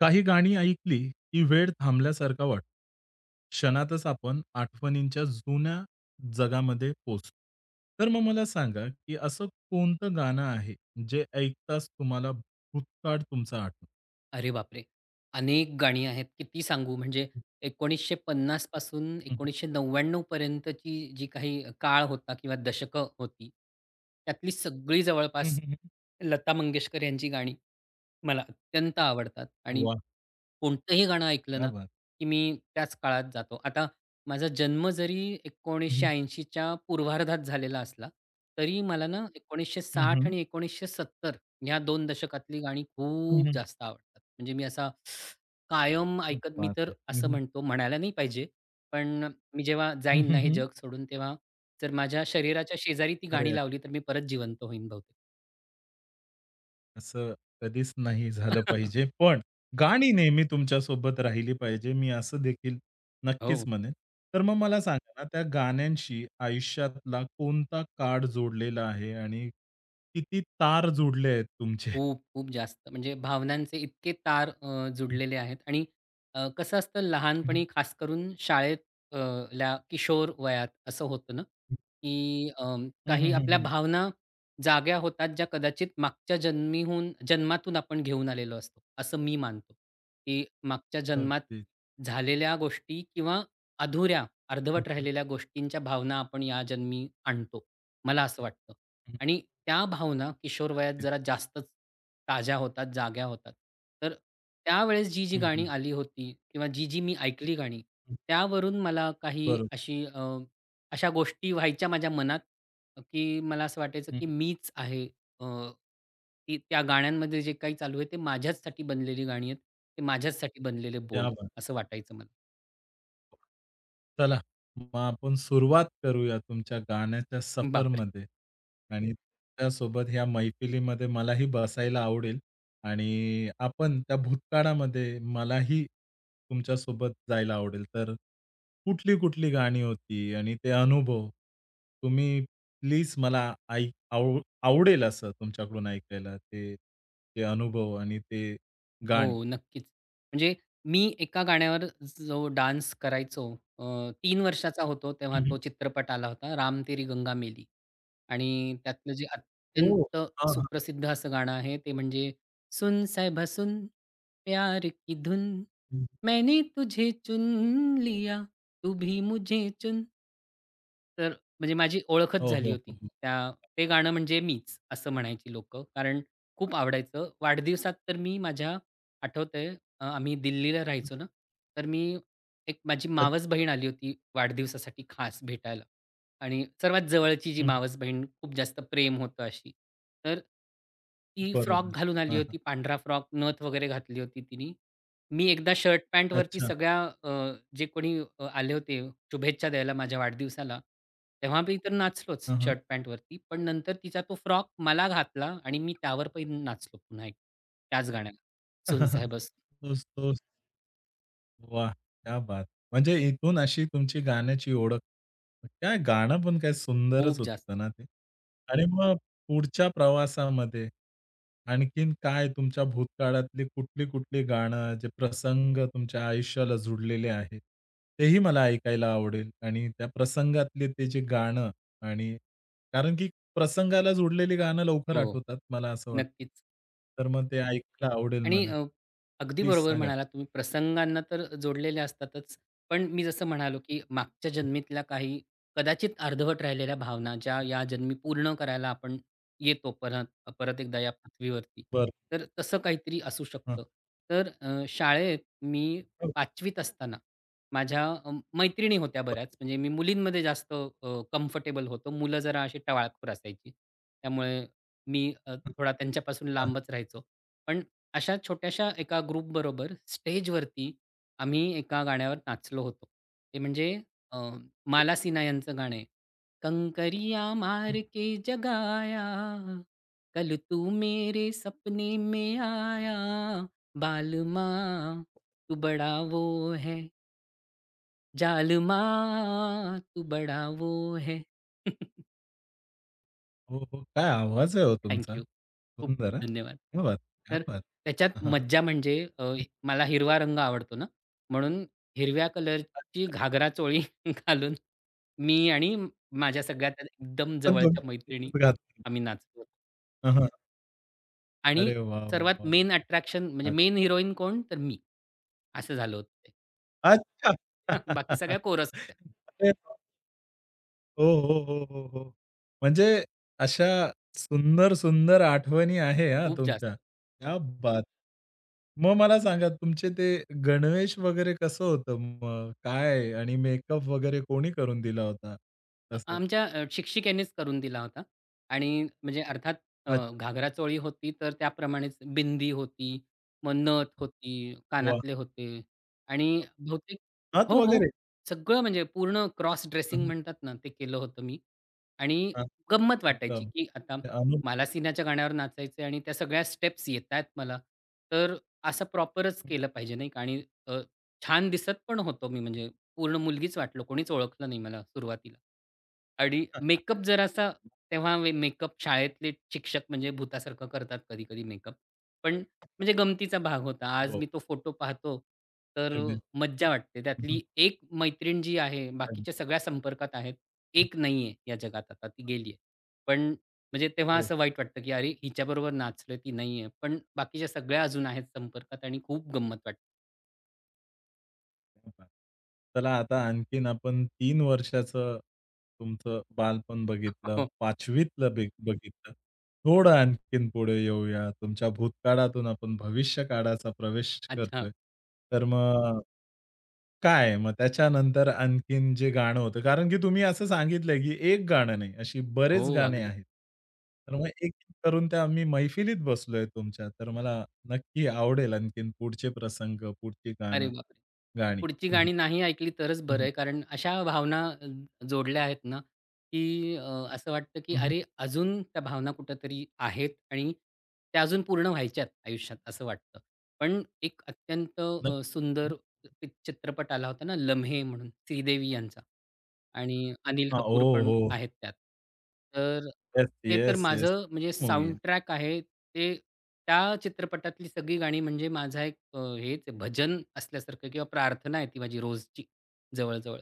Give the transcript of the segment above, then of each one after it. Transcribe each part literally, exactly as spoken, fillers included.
काही गाणी ऐकली, की वेळ थांबल्यासारखा वाटतो. क्षणातच आपण आठवणींच्या जुन्या जगामध्ये पोहोचतो. तर मग मला सांगा, की असं कोणतं गाणं आहे, जे ऐकताच तुम्हाला भूतकाळ तुमचा आठवतो? अरे बापरे! अनेक गाणी आहेत. किती सांगू म्हणजे एकोणीसशे पन्नास पासून हं, हं. एकोणीसशे नव्याण्णव पर्यंतची जी काही काळ होता किंवा दशकं होती, त्यातली सगळी हं, जवळपास हं, लता मंगेशकर यांची गाणी मला अत्यंत आवडतात आणि वाह! कोणतंही गाणं ऐकलं क्या ना, बात! की मी त्याच काळात जातो. आता माझा जन्म जरी हं, हं. एकोणीसशे ऐंशीच्या पूर्वार्धात झालेला असला, तरी मला ना हं, एकोणीसशे साठ हं. आणि एकोणीसशे सत्तर ह्या दोन दशकातली गाणी खूप जास्त आवडतात. म्हणजे मी असा कायम क्या ऐकत मी बात तर है! हं, असं हं. म्हणतो, म्हणायला नाही पाहिजे, पण मी जेव्हा हं, जाईन ना हे हं, जग सोडून, तेव्हा जर माझ्या शरीराच्या शेजारी ती गाणी अरे! लावली, तर मी परत जिवंत होईन बहुतेक. असं कधीच नाही झालं पाहिजे. पण गाणी नेहमी तुमच्यासोबत राहिली पाहिजे. मी असं देखील नक्कीच हो. म्हणेन. तर मग मला सांगा ना, त्या गाण्यांशी आयुष्यातला कोणता कार्ड जोडलेला आहे आणि किती तार जोडले आहेत तुमचे? खूप, खूप जास्त. म्हणजे भावनांचे इतके तार अ, जुडलेले आहेत आणि अ, कसं असतं हं, हं. लहानपणी खास करून शाळेत अ, ल्या किशोर वयात असं होतं ना, की अ, हं, काही आपल्या हं, भावना जाग्या होतात ज्या कदाचित मागच्या जन्मीहून जन्मातून आपण घेऊन आलेलो असतो, असं मी मानतो. की मागच्या जन्मात अगदी. झालेल्या गोष्टी किंवा अधुऱ्या, हं, अर्धवट हं. राहिलेल्या गोष्टींच्या भावना आपण या जन्मी आणतो, मला असं वाटतं. हं, आणि त्या भावना किशोर वयात जरा जास्तच ताज्या होतात, जाग्या होतात. तर त्यावेळेस जी, जी गाणी आली होती किंवा जी, जी मी ऐकली गाणी, त्यावरून मला काही बरोबर. अशी अ, अशा गोष्टी व्हायच्या माझ्या मनात, की मला असं वाटायचं, हं. की मीच आहे. अ, ती त्या गाण्यांमध्ये जे काही चालू आहे, ते माझ्याचसाठी बनलेली गाणी आहेत. ते माझ्याचसाठी बनलेले बोल क्या आहेत, असं वाटायचं मला. चला, मग आपण सुरुवात करूया तुमच्या गाण्याच्या बापरे! सफरमध्ये आणि तुमच्यासोबत ह्या मैफिलीमध्ये मलाही बसायला आवडेल आणि आपण त्या भूतकाळामध्ये मलाही तुमच्यासोबत जायला आवडेल. तर कुठली-कुठली गाणी होती आणि ते अनुभव तुम्ही प्लीज मला ऐक आव आवडेल असं तुमच्याकडून ऐकायला ते ते अनुभव आणि ते गाणी. हो, नक्कीच. म्हणजे मी एका गाण्यावर जो डान्स करायचो अ, तीन वर्षाचा होतो तेव्हा हं, तो चित्रपट आला होता राम तेरी गंगा मेली आणि त्यातलं जे हो. अत्यंत हां, हां. सुप्रसिद्ध असं गाणं आहे ते म्हणजे सुन साहिबा सुन प्यार की धुन मैंने तुझे चुन लिया तू भी मुझे चुन. तर म्हणजे माझी ओळखच हो, झाली हो, होती. हो, त्या ते गाणं म्हणजे मीच असं म्हणायची लोकं कारण खूप आवडायचं. वाढदिवसात तर मी माझ्या आठवतंय अ, आम्ही दिल्लीला हो. राहायचो ना, तर मी एक माझी मावस बहीण आली होती वाढदिवसासाठी खास भेटायला आणि सर्वात जवळची जी हं, मावस बहीण खूप जास्त प्रेम होतं अशी. तर ती फ्रॉक बरोबर. घालून आली हां, हां. होती, पांढरा फ्रॉक, नथ वगैरे घातली होती तिनी. मी एकदा शर्ट पॅन्टवरती अच्छा. सगळ्या अ, जे कोणी अ, आले होते शुभेच्छा द्यायला माझ्या वाढदिवसाला, तेव्हा मी तर नाचलोच हां, हां. शर्ट पॅन्टवरती. पण नंतर तिचा तो फ्रॉक मला घातला आणि मी त्यावर पण नाचलो पुन्हा एकदा त्याच गाण्यावर. सुनसाय बसतो. तोच, तोच. वाह! क्या बात! म्हणजे इथून अशी तुमची गाण्याची ओळख. काय गाणं पण काय सुंदरच खूप जास्त. होतं ना ते. आणि मग पुढच्या प्रवासामध्ये आणखीन काय तुमच्या भूतकाळातली कुठली-कुठली गाणं, जे प्रसंग तुमच्या आयुष्याला जुडलेले आहेत, तेही मला ऐकायला आवडेल आणि त्या प्रसंगातले ते जे गाणं आणि कारण की प्रसंगाला जुडलेली गाणं लवकर हो. आठवतात, मला असं वाटतं. नक्कीच. तर मग ते ऐकायला आवडेल आणि मला. अ, अगदी प्लीज बरोबर सांगा. म्हणालात तुम्ही. प्रसंगांना तर जोडलेले असतातच. पण मी जसं म्हणालो, की मागच्या जन्मीतल्या काही कदाचित अर्धवट राहिलेल्या भावना, ज्या या जन्मी पूर्ण करायला आपण येतो परत परत एकदा या पृथ्वीवरती. बरं. तर तसं काहीतरी असू हां. शकतं. तर अ, शाळेत मी पाचवीत असताना माझ्या अ, मैत्रिणी होत्या बऱ्याच. म्हणजे मी मुलींमध्ये जास्त कम्फर्टेबल होतो. मुलं जरा अशी टवाळखोर असायची. त्यामुळे मी अ, हं, थोडा त्यांच्यापासून लांबच राहायचो. पण अशा छोट्याशा एका ग्रुपबरोबर स्टेजवरती आम्ही एका गाण्यावर नाचलो होतो. ते म्हणजे अ, माला सिन्हा यांचं गाणं आहे. कंकरिया मार के जगाया, कल तू मेरे सपने में आया, बालमा तू बड़ा वो है, जालमा तू बड़ा वो है. हो, हो. काय आवाज आहे हो थँक तुमचा? खूप-खूप सुंदर हां. धन्यवाद. क्या बात! क्या तर बात! त्याच्यात हां, हां. मज्जा म्हणजे अ, मला हिरवा रंग आवडतो ना, म्हणून हिरव्या कलरची घागरा चोळी घालून मी आणि म- माझ्या सगळ्यात एकदम पण जवळच्या तुम्ही मैत्रिणी एकच घातली. आम्ही नाचलो होतो. हां, हां. आणि अरे वाह, वाह, सर्वात वाह! मेन वाह! अट्रॅक्शन क्या म्हणजे बात! मेन हिरोईन कोण? तर मी. असं झालं होतं ते. अच्छा. बाकी सगळ्या कोरस होत्या. अरे हो, हो, हो, हो, हो. म्हणजे अशा सुंदर, सुंदर आठवणी आहे हां खूप जास्त. तुमच्या. क्या बात! मग मला सांगा तुमचे ते गणवेश वगैरे कसं होतं मग? काय आणि मेकअप वगैरे कोणी करून दिला होता? अ, तसं. आमच्या अ, शिक्षिकेनेच करून दिला होता आणि म्हणजे अर्थात अ, अच्छा. घागरा चोळी होती, तर त्याप्रमाणेच बिंदी होती, मग नथ होती, वाह! कानातले होते आणि बहुतेक हात हो, हो. वगैरे? सगळं म्हणजे पूर्ण क्रॉस हां, ड्रेसिंग म्हणतात ना, ते केलं होतं मी आणि हां. गंमत वाटायची, एकदम. की आता ते अनु मला सिन्हाच्या गाण्यावर नाचायचं आणि त्या सगळ्या स्टेप्स येतायत मला, तर असं प्रॉपरच केलं पाहिजे नाही का आणि अ, छान दिसत पण होतो मी हं. म्हणजे पूर्ण मुलगीच वाटलो. कोणीच ओळखलं नाही मला सुरुवातीला. आणि मेकअप जरासा तेव्हा वे मेकअप शाळेतले शिक्षक म्हणजे भुतासारखं करतात कधी-कधी मेकअप. पण म्हणजे गमतीचा भाग होता. आज हो. मी तो फोटो पाहतो, तर अगदी. मज्जा वाटते. हं, त्यातली एक मैत्रीण जी आहे, हं. बाकीच्या सगळ्या संपर्कात आहेत. एक नाहीये या जगात आता, ती गेलीये. पण म्हणजे तेव्हा हो. असं वाईट वाटतं, की अरे, हिच्याबरोबर नाचलोय, ती नाहीये. पण बाकीच्या सगळ्या अजून आहेत संपर्कात आणि खूप गंमत वाटते. क्या बात! चला आता आणखीन आपण तीन वर्षाचं तुमचं बालपण बघितलं, हो. पाचवीतलं बी बघितलं. थोडं आणखीन पुढे येऊया. तुमच्या भूतकाळातून आपण भविष्य काळाचा प्रवेश अच्छा. करतोय. तर मग काय? मग त्याच्यानंतर आणखीन जे गाणं होतं कारण की तुम्ही असं सांगितलंय, की एक गाणं नाही, अशी हो, बरेच गाणे अगदी. आहेत. तर मग एक एक करून त्या मी मैफिलीत बसलोय तुमच्या. तर मला नक्की आवडेल आणखीन पुढचे प्रसंग, पुढची अरे गाणं बापरे! गाणी. पुढची गाणी नाही ऐकली तरच हं, बरं हं. आहे. कारण अशा भावना अ, जोडल्या आहेत ना, की अ, असं वाटतं की हं, हं. अरे, अजून त्या भावना कुठेतरी आहेत आणि त्या अजून पूर्ण व्हायच्यात आयुष्यात असं वाटतं. पण एक अत्यंत अ, नक्कीच. सुंदर चित्रपट आला होता ना, लम्हे म्हणून श्रीदेवी यांचा. आणि अनिल हां. कपूर ओह पण हो! आहेत त्यात. तर येस, ते तर येस, येस. माझं म्हणजे मूव्ही आहे. साउंडट्रॅक आहे. ते त्या चित्रपटातली सगळी गाणी म्हणजे माझा एक अ, हेच आहे भजन असल्यासारखं किंवा प्रार्थना आहे ती माझी रोजची जवळ-जवळ.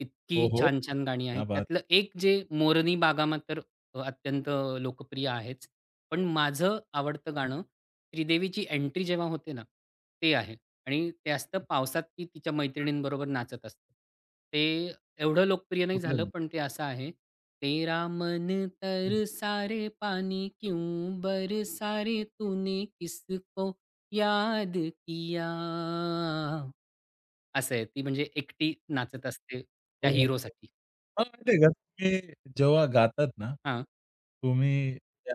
इतकी हो, हो. छान-छान गाणी क्या आहेत. बात! त्यातलं एक जे मोरनी बागामा तर अ, अत्यंत लोकप्रिय आहेच. पण माझं आवडतं गाणं श्रीदेवीची एंट्री जेव्हा होते ना, ते आहे आणि ते असतं पावसात ती तिच्या मैत्रिणींबरोबर नाचत असते. ते एवढं लोकप्रिय नाही झालं, कुठलं? पण ते असं आहे. तेरा मन हं. तर सारे पानी क्यूँ बर सारे तूने किसको याद किया? असं आहे. ती म्हणजे एकटी नाचत असते हो, त्या हो, हो. हिरोसाठी. मला माहिती आहे का तुम्ही जेव्हा गातात ना, हां. तुम्ही त्या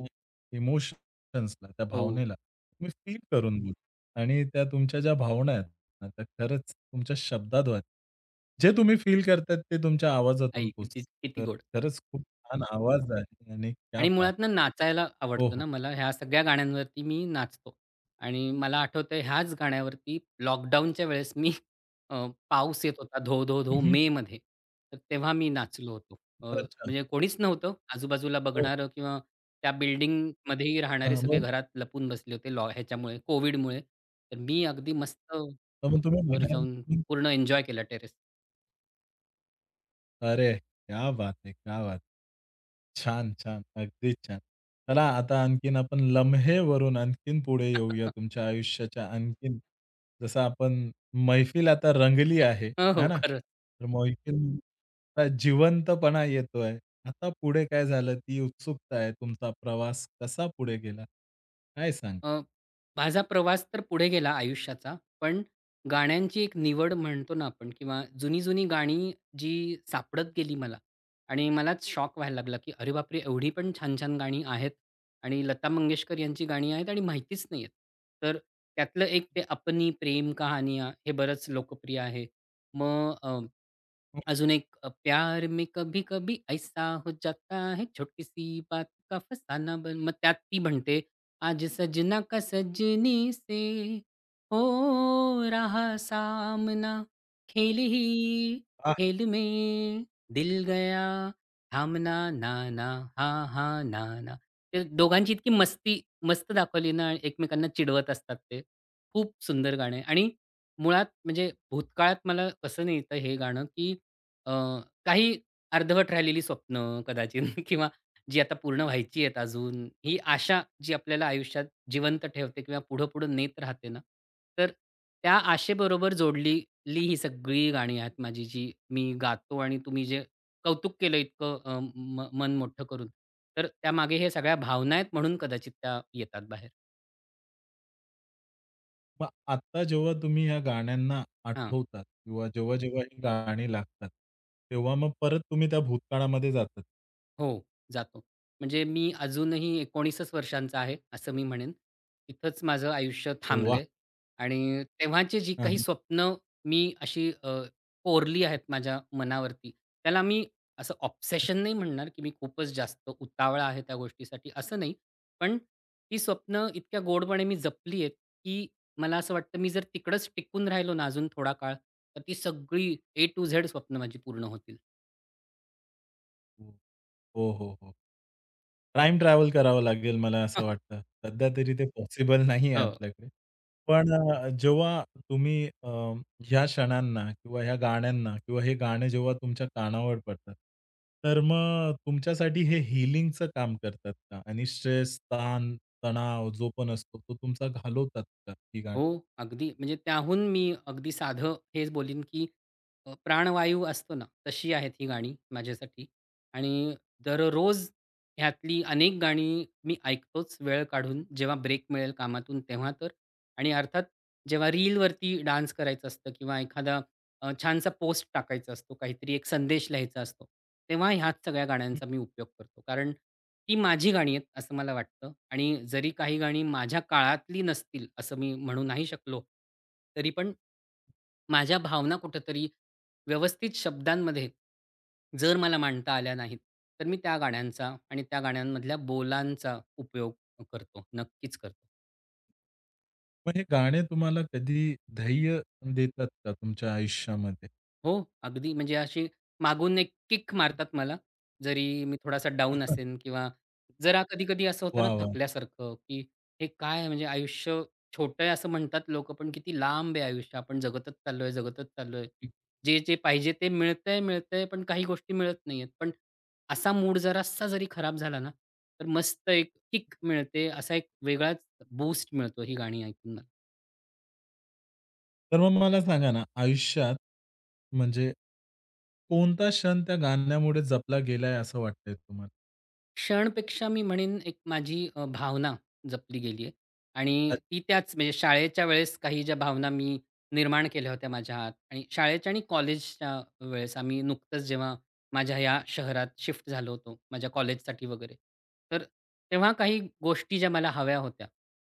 इमोशन्सला, त्या हो. भावनेला तुम्ही फील करून बोला आणि त्या तुमच्या ज्या भावना आहेत ना, त्या खरंच तुमच्या शब्दात जे तुम्ही फील करताय ते तुमच्या आवाजातून आई पोचतं. किती किती तर गोड. खरंच खूप छान आवाज आहे आणि क्या आणि बात! मुळात ना नाचायला हो, आवडतं हो. ना मला. ह्या सगळ्या गाण्यांवरती मी नाचतो. आणि मला आठवतंय ह्याच गाण्यावरती लॉकडाऊनच्या वेळेस मी अ, पाऊस येत होता धो, धो, हं, धो हं. मेमध्ये. तर तेव्हा मी नाचलो होतो. अ, अच्छा. म्हणजे कोणीच नव्हतं आजूबाजूला हो. बघणारं किंवा त्या बिल्डिंगमध्येही राहणारे हां. सगळे मग घरात लपून बसले होते लॉ ह्याच्यामुळे कोव्हिडमुळे. तर मी अगदी मस्त तर मग तुम्ही वर म्हणाल जाऊन की पूर्ण एन्जॉय केला टेरेस. अरे, क्या बात है! क्या बात है! छान, छान. अगदीच छान. चला आता आणखीन आपण लम्हेवरून आणखीन पुढे येऊया तुमच्या आयुष्याच्या आणखीन जसं आपण मैफिल आता रंगली आहे, हो, है हो. ना? खरंच. तर मैफिलचा जिवंतपणा येतोय. आता पुढे काय झालं? ती उत्सुकता आहे. तुमचा प्रवास कसा पुढे गेला? काय सांगाल? अ, माझा प्रवास तर पुढे गेला आयुष्याचा, पण गाण्यांची एक निवड म्हणतो ना आपण किंवा जुनी-जुनी गाणी जी सापडत गेली मला आणि मलाच शॉक व्हायला लागला, की "अरे बापरे! एवढी पण छान-छान गाणी आहेत आणि लता मंगेशकर यांची गाणी आहेत आणि माहितीच नाही आहेत." तर त्यातलं एक ते "अपनी प्रेम कहानियाँ" हे बरंच लोकप्रिय आहे. मग अ, अजून एक अ, "प्यार में कभी-कभी ऐसा हो जाता है, छोटी-सी बात का फसाना बन" मग त्यात ती म्हणते आज सजना का सजनी से हो रहा सामना खेल ही खेल में दिल गया थांबना नाना हा हा नाना ते दोघांची इतकी मस्ती मस्त दाखवली ना एकमेकांना चिडवत असतात ते खूप सुंदर गाणं आहे आणि मुळात म्हणजे भूतकाळात मला कसं नाही येतं हे गाणं की अ, काही अर्धवट राहिलेली स्वप्न कदाचित किंवा जी आता पूर्ण व्हायची आहेत अजून, ही आशा जी आपल्याला आयुष्यात जिवंत ठेवते किंवा पुढं-पुढं नेत राहते ना, तर त्या आशेबरोबर जोडली ली ही सगळी गाणी आहेत माझी, जी मी गातो आणि तुम्ही जे कौतुक केलं इतकं अ, म मन मोठं करून, तर त्यामागे हे सगळ्या भावना आहेत म्हणून कदाचित त्या येतात बाहेर. मग आत्ता जेव्हा तुम्ही या गाण्यांना हां. आठवतात किंवा जेव्हा-जेव्हा ही गाणी लागतात, तेव्हा मग परत तुम्ही त्या भूतकाळामध्ये जातात. हो, जातो. म्हणजे मी अजूनही एकोणीसच वर्षांचा आहे, असं मी म्हणेन. तिथंच माझं आयुष्य वाह! थांबलंय आणि तेव्हाची जी हां, काही हां. स्वप्न मी अशी अ, कोरली आहेत माझ्या मनावरती, त्याला मी असं ऑब्सेशन नाही म्हणणार, की मी खूपच जास्त उतावळा आहे त्या गोष्टीसाठी, असं नाही. पण ती स्वप्न इतक्या गोडपणे मी जपली आहेत, की मला असं वाटतं मी जर तिकडंच टिकून राहिलो ना अजून थोडा काळ, तर ती सगळी ए टू झेड स्वप्न माझी पूर्ण होतील. हो, हो, हो. हो, टाईम ट्रॅव्हल करावं लागेल मला असं वाटतं. सध्या तरी ते पॉसिबल नाही आहे हो. आपल्याकडे. पण अ, जेव्हा तुम्ही अ, ह्या क्षणांना किंवा ह्या गाण्यांना किंवा हे गाणे जेव्हा तुमच्या कानावर पडतात, तर मग तुमच्यासाठी हे हीलिंगचं काम करतात का? आणि स्ट्रेस, ताण, तणाव जो पण असतो तो तुमचा घालवतात का ही गाणी? हो, अगदी. म्हणजे त्याहून मी अगदी साधं हेच बोलीन, की अ, प्राणवायू असतो ना, तशी आहेत ही गाणी माझ्यासाठी. आणि दररोज ह्यातली अनेक गाणी मी ऐकतोच वेळ काढून, जेव्हा ब्रेक मिळेल कामातून तेव्हा तर. आणि अर्थात जेव्हा रीलवरती डान्स करायचं असतं किंवा एखादा अ, छानसा पोस्ट टाकायचा असतो, काहीतरी एक संदेश लिहायचा असतो, तेव्हा ह्याच सगळ्या गाण्यांचा मी उपयोग करतो. कारण ती माझी गाणी आहेत असं मला वाटतं आणि जरी काही गाणी माझ्या काळातली नसतील असं मी म्हणू नाही शकलो, तरी पण माझ्या भावना कुठेतरी व्यवस्थित शब्दांमध्ये जर मला मांडता आल्या नाहीत, तर मी त्या गाण्यांचा आणि त्या गाण्यांमधल्या बोलांचा उपयोग करतो. नक्कीच करतो. मग हे गाणे तुम्हाला कधी धैर्य देतात का तुमच्या आयुष्यामध्ये? हो, अगदी. म्हणजे अशी मागून एक किक मारतात मला, जरी मी थोडासा डाऊन असेन किंवा जरा कधी-कधी असं होतं ना वाह! वाह! थकल्यासारखं, की हे काय म्हणजे आयुष्य छोटं आहे असं म्हणतात लोकं, पण किती लांब आहे आयुष्य. आपण जगतच चाललोय, जगतच चाललोय. जे-जे पाहिजे ते मिळतंय, मिळतंय, पण काही गोष्टी मिळत नाहीयेत. पण असा मूड जरासा जरी खराब झाला ना, तर मस्त एक किक मिळते. असा एक वेगळाच बूस्ट मिळतो ही गाणी ऐकून तर मग मला सांगा ना, आयुष्यात म्हणजे कोणता क्षण त्या गाण्यामुळे जपला गेलाय असं वाटतंय तुम्हाला? क्षणपेक्षा मी म्हणेन एक माझी अ, भावना जपली गेली आहे आणि अच्छा, ती त्याच म्हणजे शाळेच्या वेळेस काही ज्या भावना मी निर्माण केल्या होत्या माझ्या आत आणि शाळेच्या आणि कॉलेजच्या वेळेस आम्ही नुकतंच जेव्हा माझ्या या शहरात शिफ्ट झालो होतो माझ्या कॉलेजसाठी वगैरे. तर तेव्हा काही गोष्टी ज्या मला हव्या होत्या,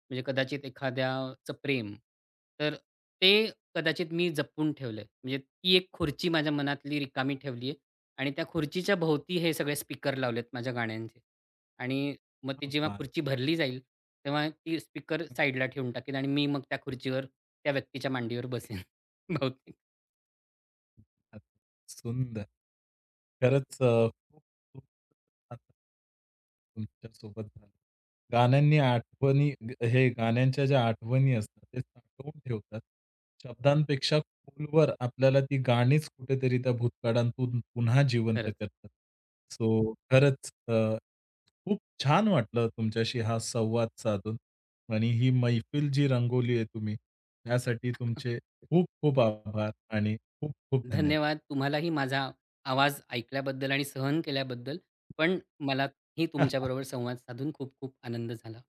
म्हणजे कदाचित एखाद्याचं प्रेम, तर ते कदाचित मी जपून ठेवलंय. म्हणजे ती एक खुर्ची माझ्या मनातली रिकामी ठेवली आणि त्या खुर्चीच्या भोवती हे सगळे स्पीकर लावलेत माझ्या गाण्यांचे. आणि मग ती जेव्हा बात! खुर्ची भरली जाईल, तेव्हा ती स्पीकर साईडला ठेवून टाकेन आणि मी मग त्या खुर्चीवर त्या व्यक्तीच्या मांडीवर बसेन बहुतेक अ, सुंदर. खरंच अ, खूप खूप तुमच्यासोबत झालं. गाण्यांनी आठवणी हे गाण्यांच्या ज्या आठवणी असतात, ते साठवून ठेवतात. शब्दांपेक्षा खोलवर आपल्याला ती गाणीच कुठेतरी त्या भूतकाळातून पुन्हा जिवंत खरंच. करतात. सो खरंच अ, खूप छान वाटलं तुमच्याशी हा संवाद साधून आणि ही मैफिल जी रंगवली आहे तुम्ही, त्यासाठी तुमचे खूप खूप आभार आणि खूप खूप धन्यवाद. धन्यवाद तुम्हालाही माझा आवाज ऐकल्याबद्दल आणि सहन केल्याबद्दल. पण मलाही तुमच्याबरोबर संवाद साधून खूप खूप आनंद झाला.